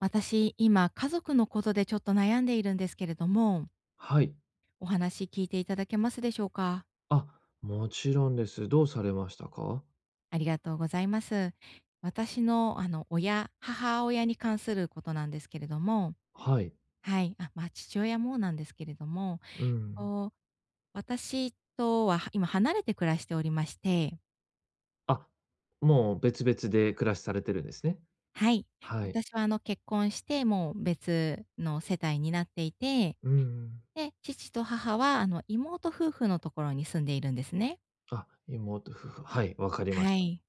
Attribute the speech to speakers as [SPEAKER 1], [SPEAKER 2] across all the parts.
[SPEAKER 1] 私、今、家族のことでちょっと悩んでいるんですけれども、
[SPEAKER 2] はい。
[SPEAKER 1] お話聞いていただけますでしょうか？
[SPEAKER 2] あ、もちろんです。どうされましたか？
[SPEAKER 1] ありがとうございます。私の、母親に関することなんですけれども、
[SPEAKER 2] はい。
[SPEAKER 1] はい、あ、父親もなんですけれども、
[SPEAKER 2] うん。
[SPEAKER 1] こう、私とは今離れて暮らしておりまして、
[SPEAKER 2] あ、もう別々で暮らしされてるんですね。
[SPEAKER 1] はい、
[SPEAKER 2] はい。
[SPEAKER 1] 私は、結婚して、もう別の世帯になっていて、
[SPEAKER 2] うん。
[SPEAKER 1] で、父と母は、妹夫婦のところに住んでいるんですね。
[SPEAKER 2] あ、妹夫婦。はい、わかりまし
[SPEAKER 1] は
[SPEAKER 2] た。
[SPEAKER 1] い。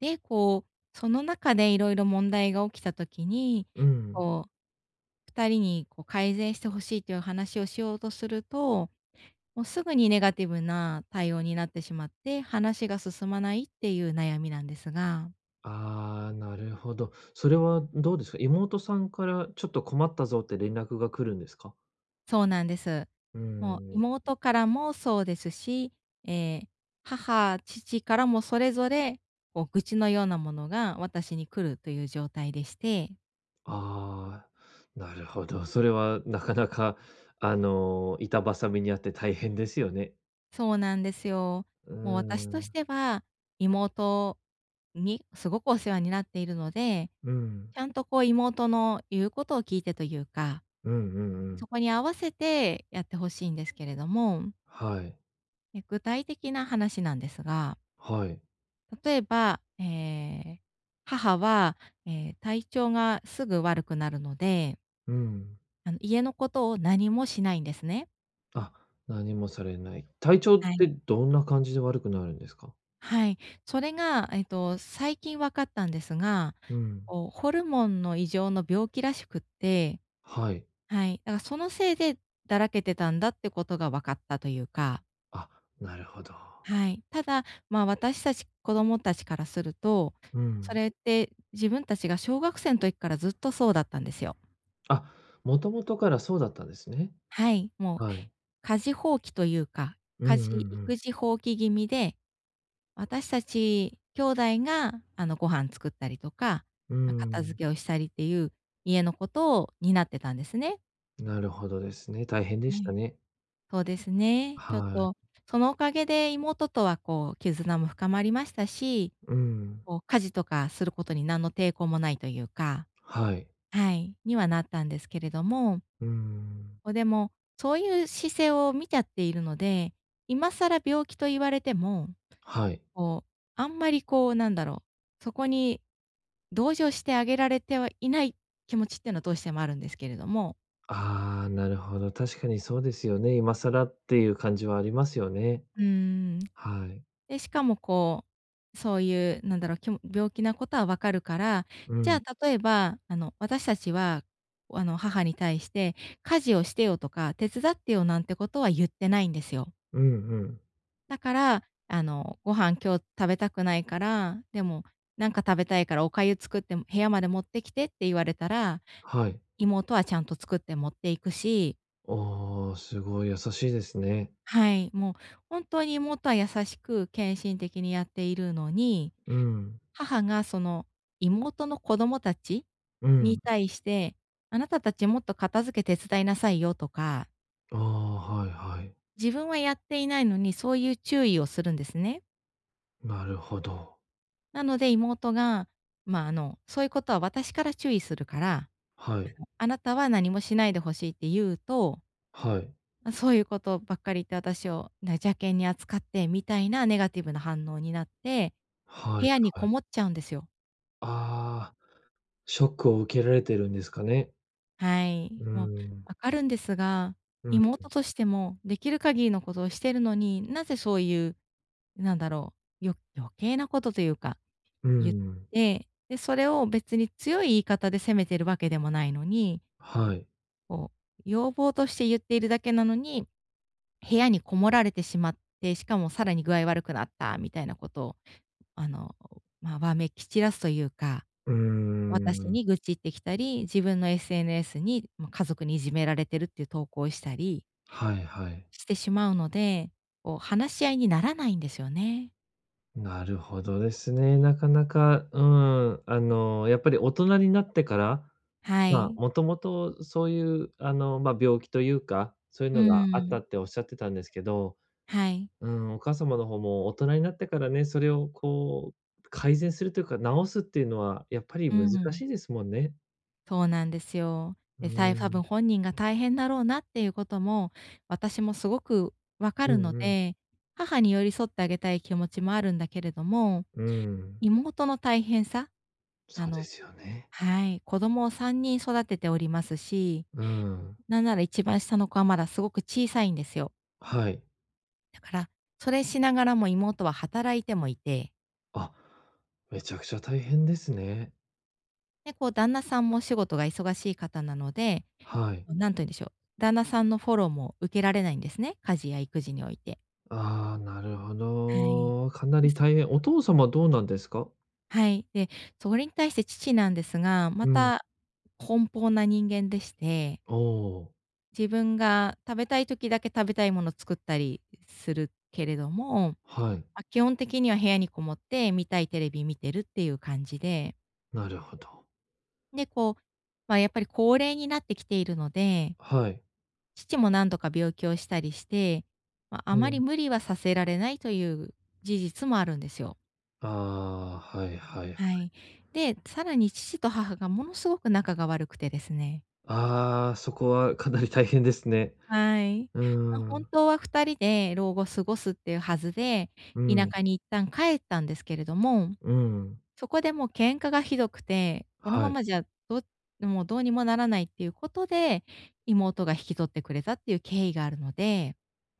[SPEAKER 1] で、その中でいろいろ問題が起きた時に、
[SPEAKER 2] うん。
[SPEAKER 1] 2人に改善してほしいという話をしようとすると、もうすぐにネガティブな対応になってしまって、話が進まないっていう悩みなんですが。
[SPEAKER 2] ああ、なるほど。それはどうですか？妹さんからちょっと困ったぞって連絡が来るんですか？
[SPEAKER 1] そうなんです。
[SPEAKER 2] うー
[SPEAKER 1] もう
[SPEAKER 2] ん。
[SPEAKER 1] 妹からもそうですし、ええ、母、父からもそれぞれ、愚痴のようなものが私に来るという状態でして。
[SPEAKER 2] ああ、なるほど。それはなかなか、あの、板挟みにあって大変ですよね。
[SPEAKER 1] そうなんですよ。
[SPEAKER 2] うー
[SPEAKER 1] もう私とし
[SPEAKER 2] ん。
[SPEAKER 1] ては、妹にすごくお世話になっているので、
[SPEAKER 2] うん。
[SPEAKER 1] ちゃんと妹の言うことを聞いてというか、
[SPEAKER 2] うんうんうん。
[SPEAKER 1] そこに合わせてやってほしいんですけれども、
[SPEAKER 2] はい。
[SPEAKER 1] 具体的な話なんですが、
[SPEAKER 2] はい。
[SPEAKER 1] 例えば、ー母は、体調がすぐ悪くなるので、
[SPEAKER 2] うん。
[SPEAKER 1] 家のことを何もしないんですね。
[SPEAKER 2] あ、何もされない。体調っ
[SPEAKER 1] は
[SPEAKER 2] て
[SPEAKER 1] い。
[SPEAKER 2] どんな感じで悪くなるんですか？
[SPEAKER 1] はい。それが、最近分かったんですが、
[SPEAKER 2] うん。
[SPEAKER 1] ホルモンの異常の病気らしくって、
[SPEAKER 2] はい。
[SPEAKER 1] はい。だからそのせいでだらけてたんだってことが分かったというか、
[SPEAKER 2] あ、なるほど。
[SPEAKER 1] はい。ただ、私たち子供たちからすると、
[SPEAKER 2] う
[SPEAKER 1] そ
[SPEAKER 2] ん。
[SPEAKER 1] れって自分たちが小学生の時からずっとそうだったんですよ。
[SPEAKER 2] あ、もともとからそうだったんですね。
[SPEAKER 1] はい。もう、
[SPEAKER 2] はい。
[SPEAKER 1] 家事放棄というか、
[SPEAKER 2] うんう
[SPEAKER 1] 家
[SPEAKER 2] んう
[SPEAKER 1] 事
[SPEAKER 2] ん。
[SPEAKER 1] 育児放棄気味で私たち兄弟が、ご飯作ったりとか、
[SPEAKER 2] うー
[SPEAKER 1] 片付
[SPEAKER 2] ん。
[SPEAKER 1] けをしたりっていう家のことを担ってたんですね。
[SPEAKER 2] なるほどですね。大変で
[SPEAKER 1] は
[SPEAKER 2] した
[SPEAKER 1] い。
[SPEAKER 2] ね。
[SPEAKER 1] そうですね。ちょっ
[SPEAKER 2] はい。
[SPEAKER 1] と、そのおかげで妹とは絆も深まりましたし、
[SPEAKER 2] うん。
[SPEAKER 1] 家事とかすることに何の抵抗もないというか、
[SPEAKER 2] はい。
[SPEAKER 1] はい、にはなったんですけれども、
[SPEAKER 2] うん。
[SPEAKER 1] でも、そういう姿勢を見ちゃっているので、今更病気と言われても、
[SPEAKER 2] はい。
[SPEAKER 1] こう、あんまりそこに同情してあげられてはいない気持ちっていうのはどうしてもあるんですけれども。
[SPEAKER 2] ああ、なるほど。確かにそうですよね。今更っていう感じはありますよね。
[SPEAKER 1] うーん。
[SPEAKER 2] はい。
[SPEAKER 1] で、しかもそういう病気なことはわかるから、
[SPEAKER 2] う
[SPEAKER 1] じ
[SPEAKER 2] ん。
[SPEAKER 1] ゃあ例えば、私たちは、母に対して、「家事をしてよ」とか「手伝ってよ」なんてことは言ってないんですよ。
[SPEAKER 2] うんうん。
[SPEAKER 1] だから、「ご飯今日食べたくないから、でも、なんか食べたいからお粥作って部屋まで持ってきて」って言われたら、
[SPEAKER 2] はい。
[SPEAKER 1] 妹はちゃんと作って持っていくし。
[SPEAKER 2] ああ、すごい優しいですね。
[SPEAKER 1] はい、もう本当に元は優しく献身的にやっているのに、
[SPEAKER 2] うん、
[SPEAKER 1] 母がその妹の子供たち
[SPEAKER 2] うん。
[SPEAKER 1] に対して、あなたたちもっと片付け手伝いなさいよとか、
[SPEAKER 2] ああ、はいはい。
[SPEAKER 1] 自分はやっていないのにそういう注意をするんですね。
[SPEAKER 2] なるほど。
[SPEAKER 1] なので妹が、そういうことは私から注意するから、
[SPEAKER 2] はい、
[SPEAKER 1] あなたは何もしないでほしいって言うと、
[SPEAKER 2] はい、
[SPEAKER 1] そういうことばっかり言って私を邪険に扱ってみたいなネガティブな反応になって、
[SPEAKER 2] は
[SPEAKER 1] 部
[SPEAKER 2] い
[SPEAKER 1] 屋に
[SPEAKER 2] は
[SPEAKER 1] こ
[SPEAKER 2] い。
[SPEAKER 1] もっちゃうんですよ。
[SPEAKER 2] ああ、ショックを受けられてるんですかね。
[SPEAKER 1] はい。
[SPEAKER 2] う
[SPEAKER 1] もう
[SPEAKER 2] ん、
[SPEAKER 1] わかるんですが、
[SPEAKER 2] うん、
[SPEAKER 1] 妹としてもできる限りのことをしてるのに、なぜそういう、なんだろ余計なことというか、
[SPEAKER 2] う
[SPEAKER 1] 言っ
[SPEAKER 2] ん。
[SPEAKER 1] て、で、それを別に強い言い方で責めてるわけでもないのに、
[SPEAKER 2] はい。
[SPEAKER 1] こう、要望として言っているだけなのに、部屋にこもられてしまって、しかもさらに具合悪くなったみたいなことを、あの、わめき散らすというか、
[SPEAKER 2] うー
[SPEAKER 1] 私に
[SPEAKER 2] ん。
[SPEAKER 1] 愚痴ってきたり、自分の SNS に、家族にいじめられてるっていう投稿をしたり
[SPEAKER 2] はいはい。
[SPEAKER 1] してしまうので、話し合いにならないんですよね。
[SPEAKER 2] なるほどですね。なかなか、うん、あの、やっぱり大人になってから、
[SPEAKER 1] は
[SPEAKER 2] ま
[SPEAKER 1] い。
[SPEAKER 2] あ、もともとそういう、あの、まあ、病気というか、そういう
[SPEAKER 1] う
[SPEAKER 2] のがあった
[SPEAKER 1] ん。
[SPEAKER 2] っておっしゃってたんですけど。
[SPEAKER 1] はい。
[SPEAKER 2] うん、お母様の方も大人になってからね、それをこう改善するというか、直すっていうのはやっぱり
[SPEAKER 1] う
[SPEAKER 2] 難し
[SPEAKER 1] ん。
[SPEAKER 2] いですもんね。
[SPEAKER 1] そうなんですよ。
[SPEAKER 2] う
[SPEAKER 1] で、多
[SPEAKER 2] ん。
[SPEAKER 1] 分本人が大変だろうなっていうことも、私もすごくわか
[SPEAKER 2] う
[SPEAKER 1] るの
[SPEAKER 2] んうん。
[SPEAKER 1] で、母に寄り添ってあげたい気持ちもあるんだけれども、
[SPEAKER 2] うん。
[SPEAKER 1] 妹の大変さ、
[SPEAKER 2] そ
[SPEAKER 1] あ
[SPEAKER 2] うで
[SPEAKER 1] の
[SPEAKER 2] すよね。
[SPEAKER 1] はい、子供を3人育てておりますし。
[SPEAKER 2] うん。
[SPEAKER 1] なんなら一番下の子はまだすごく小さいんですよ。
[SPEAKER 2] はい。
[SPEAKER 1] だから、それしながらも妹は働いてもいて、
[SPEAKER 2] あ、めちゃくちゃ大変ですね。
[SPEAKER 1] で、旦那さんもお仕事が忙しい方なので、
[SPEAKER 2] はい。
[SPEAKER 1] 何と言うんでしょう、旦那さんのフォローも受けられないんですね、家事や育児において。
[SPEAKER 2] ああ、なるほ
[SPEAKER 1] はい。
[SPEAKER 2] ど。かな
[SPEAKER 1] で
[SPEAKER 2] り
[SPEAKER 1] す。
[SPEAKER 2] 大変。お父様どうなんですか？
[SPEAKER 1] はい。で、それに対して父なんですが、
[SPEAKER 2] う
[SPEAKER 1] ま
[SPEAKER 2] ん。
[SPEAKER 1] た奔放な人間でして、
[SPEAKER 2] おお、
[SPEAKER 1] 自分が食べたい時だけ食べたいもの作ったりするけれども、
[SPEAKER 2] はい。
[SPEAKER 1] 基本的には部屋にこもって、見たいテレビ見てるっていう感じで、
[SPEAKER 2] なるほど。
[SPEAKER 1] で、やっぱり高齢になってきているので、
[SPEAKER 2] はい。
[SPEAKER 1] 父も何度か病気をしたりして、
[SPEAKER 2] う
[SPEAKER 1] あま
[SPEAKER 2] ん。
[SPEAKER 1] り無理はさせられないという事実もあるんですよ。
[SPEAKER 2] ああ、はいはいはい。
[SPEAKER 1] はい。で、さらに父と母がものすごく仲が悪くてですね。
[SPEAKER 2] ああ、そこはかなり大変ですね。
[SPEAKER 1] はい。
[SPEAKER 2] う
[SPEAKER 1] あ、
[SPEAKER 2] ー
[SPEAKER 1] 本
[SPEAKER 2] ん、
[SPEAKER 1] 当は2人で老後過ごすっていうはずで、
[SPEAKER 2] う
[SPEAKER 1] 田
[SPEAKER 2] ん、
[SPEAKER 1] 舎に一旦帰ったんですけれども、
[SPEAKER 2] うん。
[SPEAKER 1] そこでもう喧嘩がひどくて、この
[SPEAKER 2] は
[SPEAKER 1] ま
[SPEAKER 2] い。
[SPEAKER 1] まじゃ、どもうどうにもならないっていうことで、妹が引き取ってくれたっていう経緯があるので、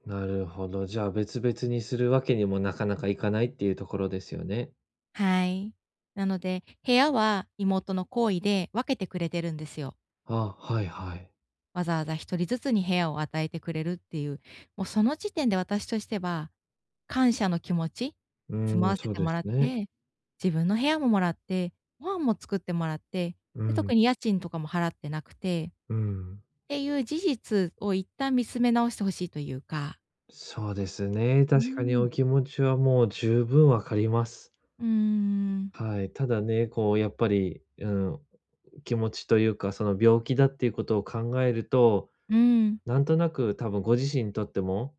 [SPEAKER 2] なるほど。じゃあ、別々にするわけにもなかなかいかないっていうところですよね。
[SPEAKER 1] はい。なので、部屋は妹の好意で分けてくれてるんですよ。
[SPEAKER 2] あ、はいはい。
[SPEAKER 1] わざわざ一人ずつに部屋を与えてくれるっていう、もうその時点で私としては、感謝の気持ち、
[SPEAKER 2] う
[SPEAKER 1] 住ま
[SPEAKER 2] ーん、
[SPEAKER 1] わせ
[SPEAKER 2] そう
[SPEAKER 1] て
[SPEAKER 2] で
[SPEAKER 1] も
[SPEAKER 2] す
[SPEAKER 1] らっ
[SPEAKER 2] ね。
[SPEAKER 1] て、自分の部屋ももらって、ご飯も作ってもらって、
[SPEAKER 2] う
[SPEAKER 1] で、
[SPEAKER 2] ん、
[SPEAKER 1] 特に家賃とかも払ってなくて
[SPEAKER 2] うん。
[SPEAKER 1] ていう事実を一旦見つめ直して欲しいというか。
[SPEAKER 2] そうですね。
[SPEAKER 1] うー
[SPEAKER 2] 確かに
[SPEAKER 1] ん。
[SPEAKER 2] お気持ちはもう十分わかります。
[SPEAKER 1] うーん。
[SPEAKER 2] はい。ただね、こうやっぱり、うん、気持ちというか、その病気だっていうことを考えると、
[SPEAKER 1] うん。
[SPEAKER 2] なんとなく多分ご自身にとっても、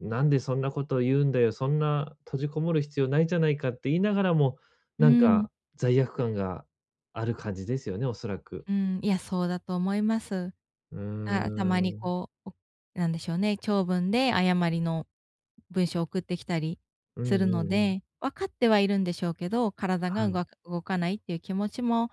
[SPEAKER 2] なんでそんなことを言うんだよ、そんな閉じこもる必要ないじゃないかって言いながらも、
[SPEAKER 1] う
[SPEAKER 2] なん
[SPEAKER 1] ん。
[SPEAKER 2] か罪悪感がある感じですよね、おそらく。
[SPEAKER 1] うん。いや、そうだと思います。
[SPEAKER 2] うー
[SPEAKER 1] だからたまに
[SPEAKER 2] ん。
[SPEAKER 1] なんでしょうね、長文で誤りの文章を送ってきたり
[SPEAKER 2] うん
[SPEAKER 1] す
[SPEAKER 2] う
[SPEAKER 1] るの
[SPEAKER 2] んうん。
[SPEAKER 1] で、分かってはいるんでしょうけど、体が
[SPEAKER 2] は
[SPEAKER 1] う
[SPEAKER 2] い。
[SPEAKER 1] が動かないっていう気持ちも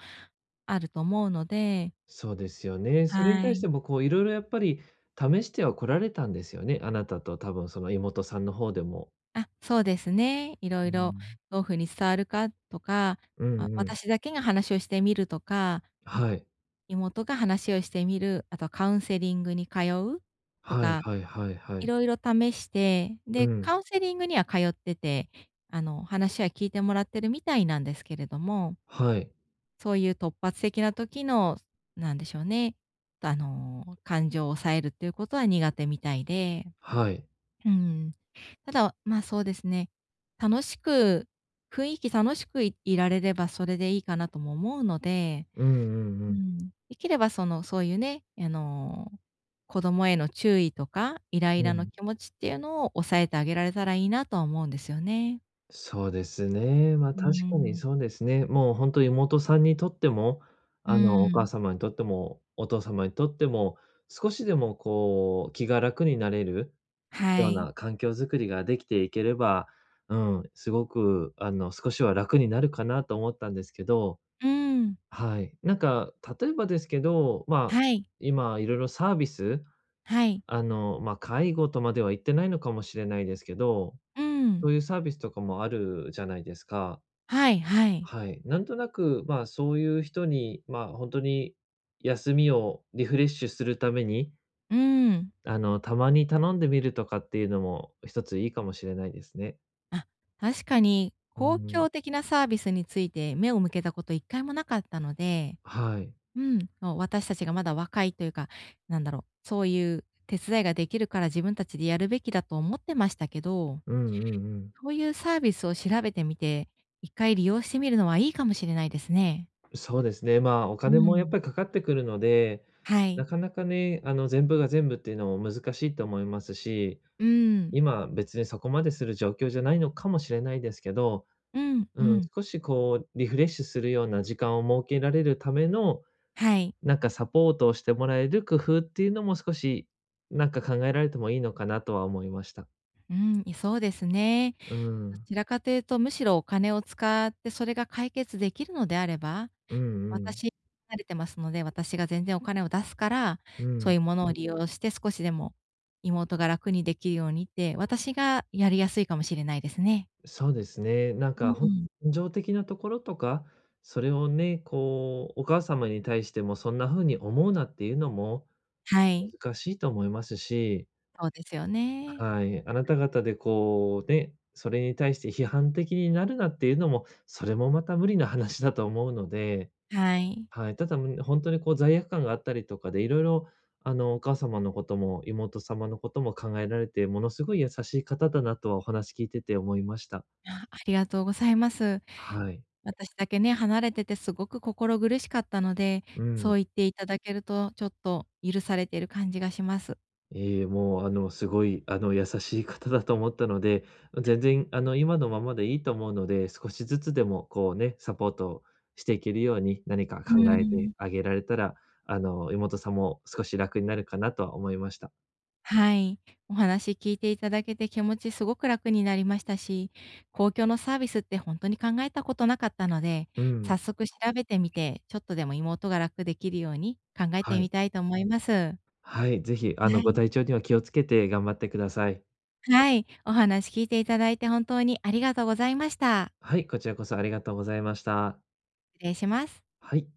[SPEAKER 1] あると思うので、
[SPEAKER 2] そうですよね。それに
[SPEAKER 1] は
[SPEAKER 2] 対し
[SPEAKER 1] い。
[SPEAKER 2] てもこういろいろやっぱり試しては来られたんですよね。あなたと多分その妹さんの方でも。
[SPEAKER 1] あ、そうですね。
[SPEAKER 2] う
[SPEAKER 1] 色々
[SPEAKER 2] ん。
[SPEAKER 1] どう風に伝わるかとか、
[SPEAKER 2] う
[SPEAKER 1] あ、
[SPEAKER 2] んうん。
[SPEAKER 1] 私だけが話をしてみるとか
[SPEAKER 2] はい。
[SPEAKER 1] 妹が話をしてみる、あとはカウンセリングに通うと
[SPEAKER 2] はい
[SPEAKER 1] か、
[SPEAKER 2] はいはいは
[SPEAKER 1] い
[SPEAKER 2] い。
[SPEAKER 1] ろいろ試して、
[SPEAKER 2] う
[SPEAKER 1] で、
[SPEAKER 2] ん。
[SPEAKER 1] カウンセリングには通ってて、話は聞いてもらってるみたいなんですけれども、
[SPEAKER 2] はい。
[SPEAKER 1] そういう突発的な時の、なんでしょうね、感情を抑えるっていうことは苦手みたいで、
[SPEAKER 2] はい。
[SPEAKER 1] うん。ただ、そうですね、楽しく、雰囲気楽しくいいられればそれでいいかなとも思うので、
[SPEAKER 2] うんうん
[SPEAKER 1] う
[SPEAKER 2] うん。
[SPEAKER 1] ん、できればそういうね、子供への注意とか、イライ
[SPEAKER 2] う
[SPEAKER 1] ラの
[SPEAKER 2] ん。
[SPEAKER 1] 気持ちっていうのを抑えてあげられたらいいなとは思うんですよね。
[SPEAKER 2] そうですね。ま、
[SPEAKER 1] うー
[SPEAKER 2] 確かに
[SPEAKER 1] ん。
[SPEAKER 2] そうですね。もう本当妹さんにとっても、
[SPEAKER 1] う
[SPEAKER 2] あ
[SPEAKER 1] ー
[SPEAKER 2] の、お
[SPEAKER 1] ん。
[SPEAKER 2] 母様にとっても、お父様にとっても、少しでもこう、気が楽になれる
[SPEAKER 1] は
[SPEAKER 2] よう
[SPEAKER 1] い。
[SPEAKER 2] な環境づくりができていければ、うん、すごくあの、少しは楽になるかなと思ったんですけど、
[SPEAKER 1] うーん。
[SPEAKER 2] はい。なんか、例えばですけど、まあ、
[SPEAKER 1] はい。
[SPEAKER 2] 今いろいろサービス、
[SPEAKER 1] はい。
[SPEAKER 2] あの、まあ、介護とまでは言ってないのかもしれないですけど、
[SPEAKER 1] うーん。
[SPEAKER 2] そういうサービスとかもあるじゃないですか。
[SPEAKER 1] はいはい。
[SPEAKER 2] はい、なんとなく、まあ、そういう人に、まあ、本当に休みをリフレッシュするために、
[SPEAKER 1] うーん。
[SPEAKER 2] あの、たまに頼んでみるとかっていうのも一ついいかもしれないですね。
[SPEAKER 1] あ、確かに
[SPEAKER 2] う
[SPEAKER 1] 公
[SPEAKER 2] ん、
[SPEAKER 1] 共的なサービスについて目を向けたこと一回もなかったので。
[SPEAKER 2] はい。
[SPEAKER 1] うん、もう私たちがまだ若いというか、そういう手伝いができるから自分たちでやるべきだと思ってましたけど、
[SPEAKER 2] うんうんうん。
[SPEAKER 1] そういうサービスを調べてみて、一回利用してみるのはいいかもしれないですね。
[SPEAKER 2] そうですね、まあ、お
[SPEAKER 1] う
[SPEAKER 2] 金もやっ
[SPEAKER 1] ん。
[SPEAKER 2] ぱりかかってくるので、
[SPEAKER 1] は
[SPEAKER 2] な
[SPEAKER 1] い。
[SPEAKER 2] かなかね、あの、全部が全部っていうのも難しいと思いますし、
[SPEAKER 1] うん。
[SPEAKER 2] 今別にそこまでする状況じゃないのかもしれないですけど、
[SPEAKER 1] うん、う
[SPEAKER 2] うん、
[SPEAKER 1] ん。
[SPEAKER 2] 少しこうリフレッシュするような時間を設けられるための
[SPEAKER 1] はい。
[SPEAKER 2] なんかサポートをしてもらえる工夫っていうのも少し、なんか考えられてもいいのかなとは思いました。
[SPEAKER 1] うん、そうですね。
[SPEAKER 2] う
[SPEAKER 1] ど
[SPEAKER 2] ん。
[SPEAKER 1] ちらかというと、むしろお金を使ってそれが解決できるのであれば、
[SPEAKER 2] うんうん。
[SPEAKER 1] 私離れてますので、私が全然お金を出すから、
[SPEAKER 2] う
[SPEAKER 1] そう
[SPEAKER 2] ん。
[SPEAKER 1] いうものを利用して少しでも妹が楽にできるようにって、私がやりやすいかもしれないですね。
[SPEAKER 2] そうですね。なん
[SPEAKER 1] う
[SPEAKER 2] か
[SPEAKER 1] ん。
[SPEAKER 2] 感情的なところとか、それをね、こう、お母様に対してもそんな風に思うなっていうのも
[SPEAKER 1] はい、
[SPEAKER 2] 難しいと思いますし、
[SPEAKER 1] そうですよね。
[SPEAKER 2] はい。あなた方でこうね、それに対して批判的になるなっていうのも、それもまた無理な話だと思うので。
[SPEAKER 1] はい。
[SPEAKER 2] はい、ただ、ほんとにこう罪悪感があったりとかで、いろいろ、あの、お母様のことも妹様のことも考えられて、ものすごい優しい方だなとはお話聞いてて思いました。
[SPEAKER 1] あ、ありがとうございます。
[SPEAKER 2] はい。
[SPEAKER 1] 私だけね、離れててすごく心苦しかったので、
[SPEAKER 2] う
[SPEAKER 1] そ
[SPEAKER 2] ん。
[SPEAKER 1] う言っていただけるとちょっと許されている感じがします。
[SPEAKER 2] ええ、もう、あの、すごい、あの、優しい方だと思ったので、全然、あの、今のままでいいと思うので、少しずつでもこうね、サポートしていけるように、何か
[SPEAKER 1] う
[SPEAKER 2] 考えて
[SPEAKER 1] ん。
[SPEAKER 2] あげられたら、あの、妹さんも少し楽になるかなとは思いました。
[SPEAKER 1] はい。お話聞いていただけて気持ちすごく楽になりましたし、公共のサービスって本当に考えたことなかったので、
[SPEAKER 2] うん、
[SPEAKER 1] 早速調べてみて、ちょっとでも妹が楽できるように考え
[SPEAKER 2] は
[SPEAKER 1] て
[SPEAKER 2] い。
[SPEAKER 1] みたいと思います。
[SPEAKER 2] はい、ぜひ、あの、
[SPEAKER 1] は
[SPEAKER 2] ご
[SPEAKER 1] い。
[SPEAKER 2] 体調には気をつけて頑張ってください。
[SPEAKER 1] はい。お話聞いていただいて本当にありがとうございました。
[SPEAKER 2] はい、こちらこそありがとうございました。
[SPEAKER 1] 失礼します。
[SPEAKER 2] はい。